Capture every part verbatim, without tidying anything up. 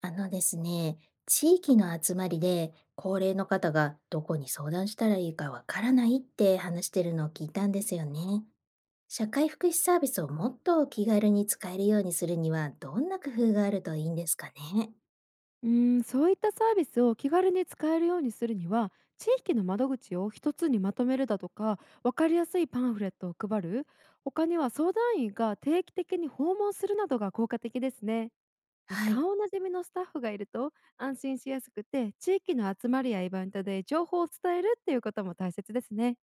あのですね、地域の集まりで高齢の方がどこに相談したらいいかわからないって話してるのを聞いたんですよね。社会福祉サービスをもっと気軽に使えるようにするにはどんな工夫があるといいんですかね？うーん、そういったサービスを気軽に使えるようにするには、地域の窓口を一つにまとめるだとか、分かりやすいパンフレットを配る、他には相談員が定期的に訪問するなどが効果的ですね。で、はい。顔なじみのスタッフがいると安心しやすくて、地域の集まりやイベントで情報を伝えるっていうことも大切ですね。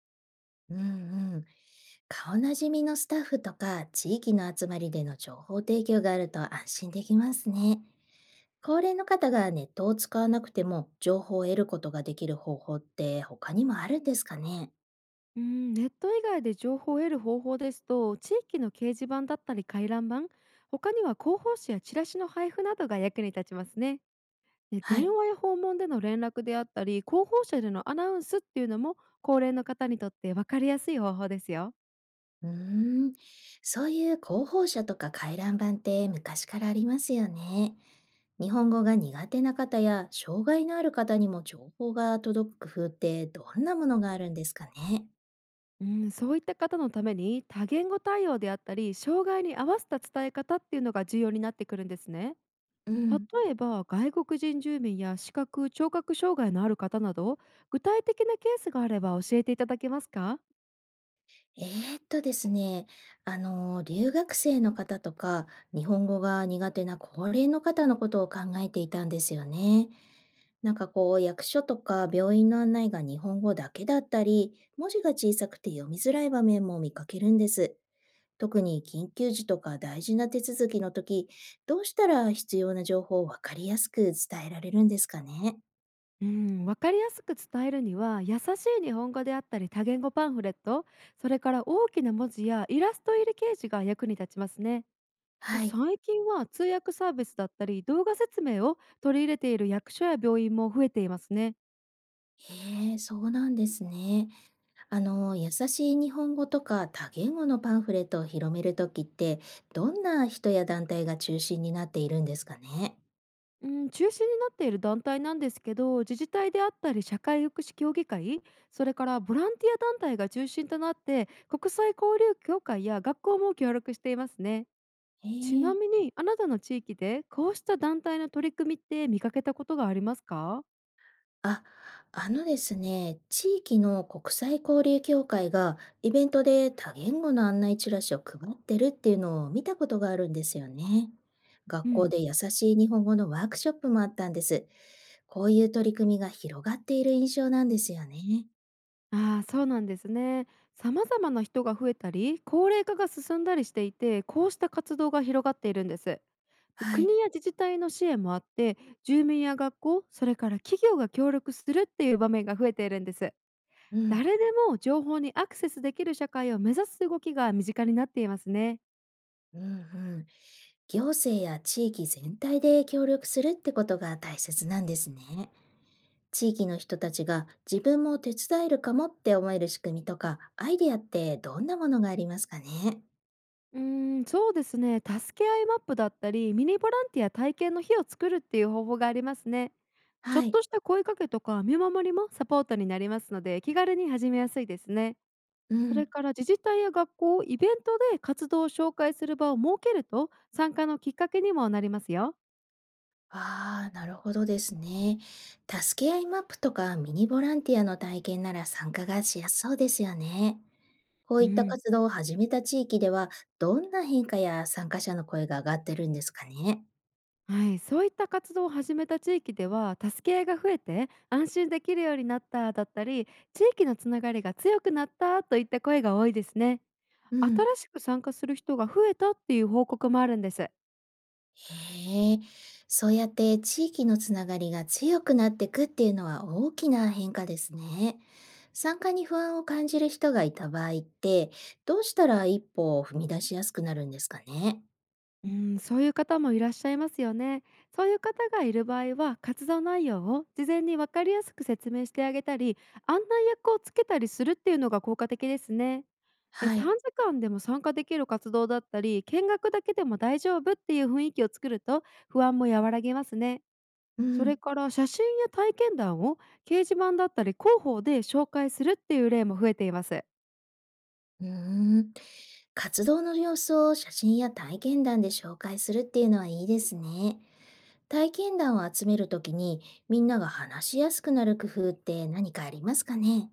うんうん。顔なじみのスタッフとか地域の集まりでの情報提供があると安心できますね。高齢の方がネットを使わなくても情報を得ることができる方法って他にもあるんですかね？うんネット以外で情報を得る方法ですと、地域の掲示板だったり回覧板、他には広報誌やチラシの配布などが役に立ちますね。で、は電い。話や訪問での連絡であったり、広報車でのアナウンスっていうのも高齢の方にとって分かりやすい方法ですよ。うーん、そういう広報車とか回覧板って昔からありますよね。日本語が苦手な方や障害のある方にも情報が届く工夫ってどんなものがあるんですかね？うん、そういった方のために多言語対応であったり、障害に合わせた伝え方っていうのが重要になってくるんですね。うん、例えば外国人住民や視覚聴覚障害のある方など、具体的なケースがあれば教えていただけますか？えーっとですね、あの、留学生の方とか、日本語が苦手な高齢の方のことを考えていたんですよね。なんかこう、役所とか病院の案内が日本語だけだったり、文字が小さくて読みづらい場面も見かけるんです。特に緊急時とか大事な手続きの時、どうしたら必要な情報をわかりやすく伝えられるんですかね？うん、わかりやすく伝えるには、優しい日本語であったり多言語パンフレット、それから大きな文字やイラスト入り掲示が役に立ちますね。で、はい。最近は通訳サービスだったり動画説明を取り入れている役所や病院も増えていますね。へえ、そうなんですね。あの、優しい日本語とか多言語のパンフレットを広めるときって、どんな人や団体が中心になっているんですかね？うん、中心になっている団体なんですけど、自治体であったり社会福祉協議会、それからボランティア団体が中心となって、国際交流協会や学校も協力していますね。へちなえ。みに、あなたの地域でこうした団体の取り組みって見かけたことがありますか？あ、あのですね、地域の国際交流協会がイベントで多言語の案内チラシを配ってるっていうのを見たことがあるんですよね。学う校ん、で優しい日本語のワークショップもあったんです。こういう取り組みが広がっている印象なんですよね。ああー、そうなんですね。様々な人が増えたり、高齢化が進んだりしていて、こうした活動が広がっているんです。で、はい。国や自治体の支援もあって、住民や学校、それから企業が協力するっていう場面が増えているんです。うん。誰でも情報にアクセスできる社会を目指す動きが身近になっていますね。うんうん。行政や地域全体で協力するってことが大切なんですね。地域の人たちが自分も手伝えるかもって思える仕組みとかアイデアってどんなものがありますかね？うーん、そうですね。助け合いマップだったり、ミニボランティア体験の日を作るっていう方法がありますね。ちょはっい。とした声かけとか見守りもサポートになりますので、気軽に始めやすいですね。うそれん。から自治体や学校、イベントで活動を紹介する場を設けると、参加のきっかけにもなりますよ。ああ、なるほどですね。助け合いマップとかミニボランティアの体験なら参加がしやすそうですよね。こうういったん、活動を始めた地域では、どんな変化や参加者の声が上がってるんですかね？はい、そういった活動を始めた地域では、助け合いが増えて安心できるようになっただったり、地域のつながりが強くなったといった声が多いですね。う新ん。しく参加する人が増えたっていう報告もあるんです。へえ、そうやって地域のつながりが強くなっていくっていうのは大きな変化ですね。参加に不安を感じる人がいた場合って、どうしたら一歩を踏み出しやすくなるんですかね？うん、そういう方もいらっしゃいますよね。そういう方がいる場合は、活動内容を事前に分かりやすく説明してあげたり、案内役をつけたりするっていうのが効果的ですね。えはい。短時間でも参加できる活動だったり、見学だけでも大丈夫っていう雰囲気を作ると、不安も和らげますね。うそれん。から、写真や体験談を掲示板だったり広報で紹介するっていう例も増えています。うーん。活動の様子を写真や体験談で紹介するっていうのはいいですね。体験談を集めるときに、みんなが話しやすくなる工夫って何かありますかね？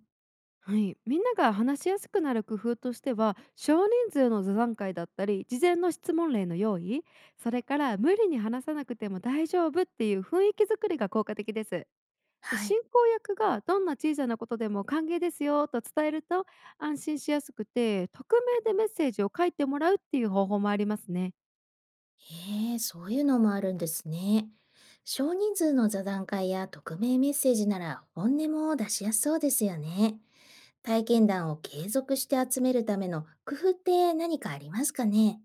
はい、みんなが話しやすくなる工夫としては、少人数の座談会だったり、事前の質問例の用意、それから無理に話さなくても大丈夫っていう雰囲気作りが効果的です。で、はい。進行役がどんな小さなことでも歓迎ですよと伝えると安心しやすくて、匿名でメッセージを書いてもらうっていう方法もありますね。へえ、そういうのもあるんですね。少人数の座談会や匿名メッセージなら本音も出しやすそうですよね。体験談を継続して集めるための工夫って何かありますかね？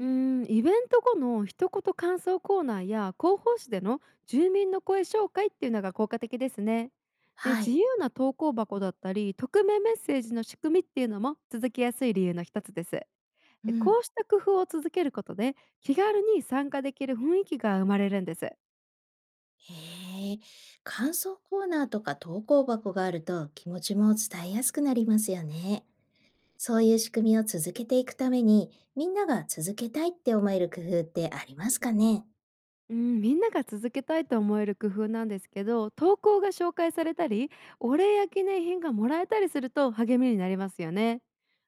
うーん、イベント後の一言感想コーナーや広報誌での住民の声紹介っていうのが効果的ですね。で、は自い。由な投稿箱だったり匿名メッセージの仕組みっていうのも続きやすい理由の一つです。で、うん。こうした工夫を続けることで、気軽に参加できる雰囲気が生まれるんです。へえ、感想コーナーとか投稿箱があると気持ちも伝えやすくなりますよね。そういう仕組みを続けていくために、みんなが続けたいって思える工夫ってありますかね？うん、みんなが続けたいと思える工夫なんですけど、投稿が紹介されたり、お礼や記念品がもらえたりすると励みになりますよね。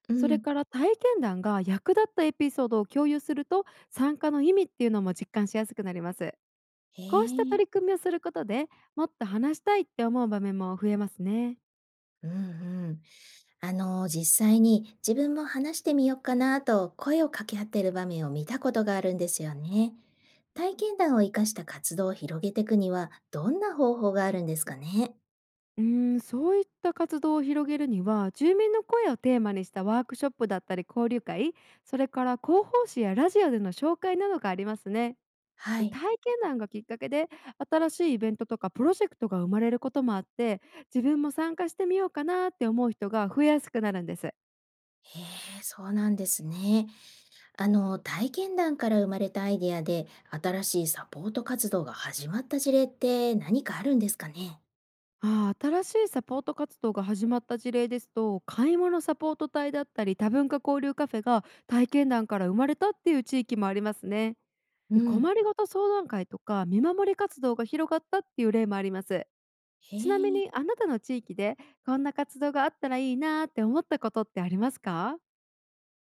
うそれん。から、体験談が役立ったエピソードを共有すると、参加の意味っていうのも実感しやすくなります。へこうしたえ。取り組みをすることで、もっと話したいって思う場面も増えますね。うんうん。あの、実際に自分も話してみようかなと声を掛け合ってる場面を見たことがあるんですよね。体験談を生かした活動を広げていくには、どんな方法があるんですかね？うーんそういった活動を広げるには、住民の声をテーマにしたワークショップだったり交流会、それから広報誌やラジオでの紹介などがありますね。はで、い。体験談がきっかけで新しいイベントとかプロジェクトが生まれることもあって、自分も参加してみようかなって思う人が増えやすくなるんです。へえ、そうなんですね。あの、体験談から生まれたアイデアで新しいサポート活動が始まった事例って何かあるんですかね？ああ、新しいサポート活動が始まった事例ですと、買い物サポート隊だったり多文化交流カフェが体験談から生まれたっていう地域もありますね。うで、ん。困りごと相談会とか見守り活動が広がったっていう例もあります。へちなみえ。に、あなたの地域でこんな活動があったらいいなーって思ったことってありますか？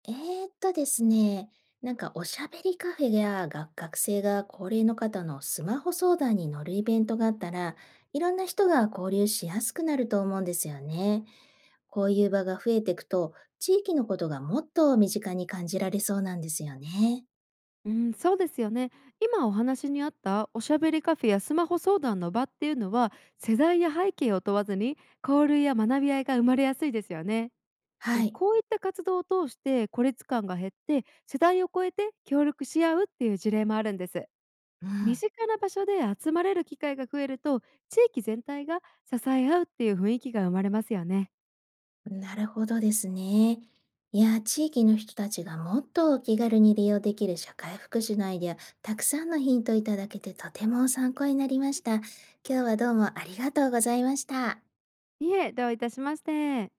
えーっとですね、なんかおしゃべりカフェやが学生が高齢の方のスマホ相談に乗るイベントがあったら、いろんな人が交流しやすくなると思うんですよね。こういう場が増えていくと、地域のことがもっと身近に感じられそうなんですよね。うん、そうですよね。今お話にあったおしゃべりカフェやスマホ相談の場っていうのは、世代や背景を問わずに交流や学び合いが生まれやすいですよね。はで、い。こういった活動を通して孤立感が減って、世代を超えて協力し合うっていう事例もあるんです。う身ん。近な場所で集まれる機会が増えると、地域全体が支え合うっていう雰囲気が生まれますよね。なるほどですね。いや、地域の人たちがもっとお気軽に利用できる社会福祉のアイデア、たくさんのヒントいただけて、とても参考になりました。今日はどうもありがとうございました。いえ、どういたしまして。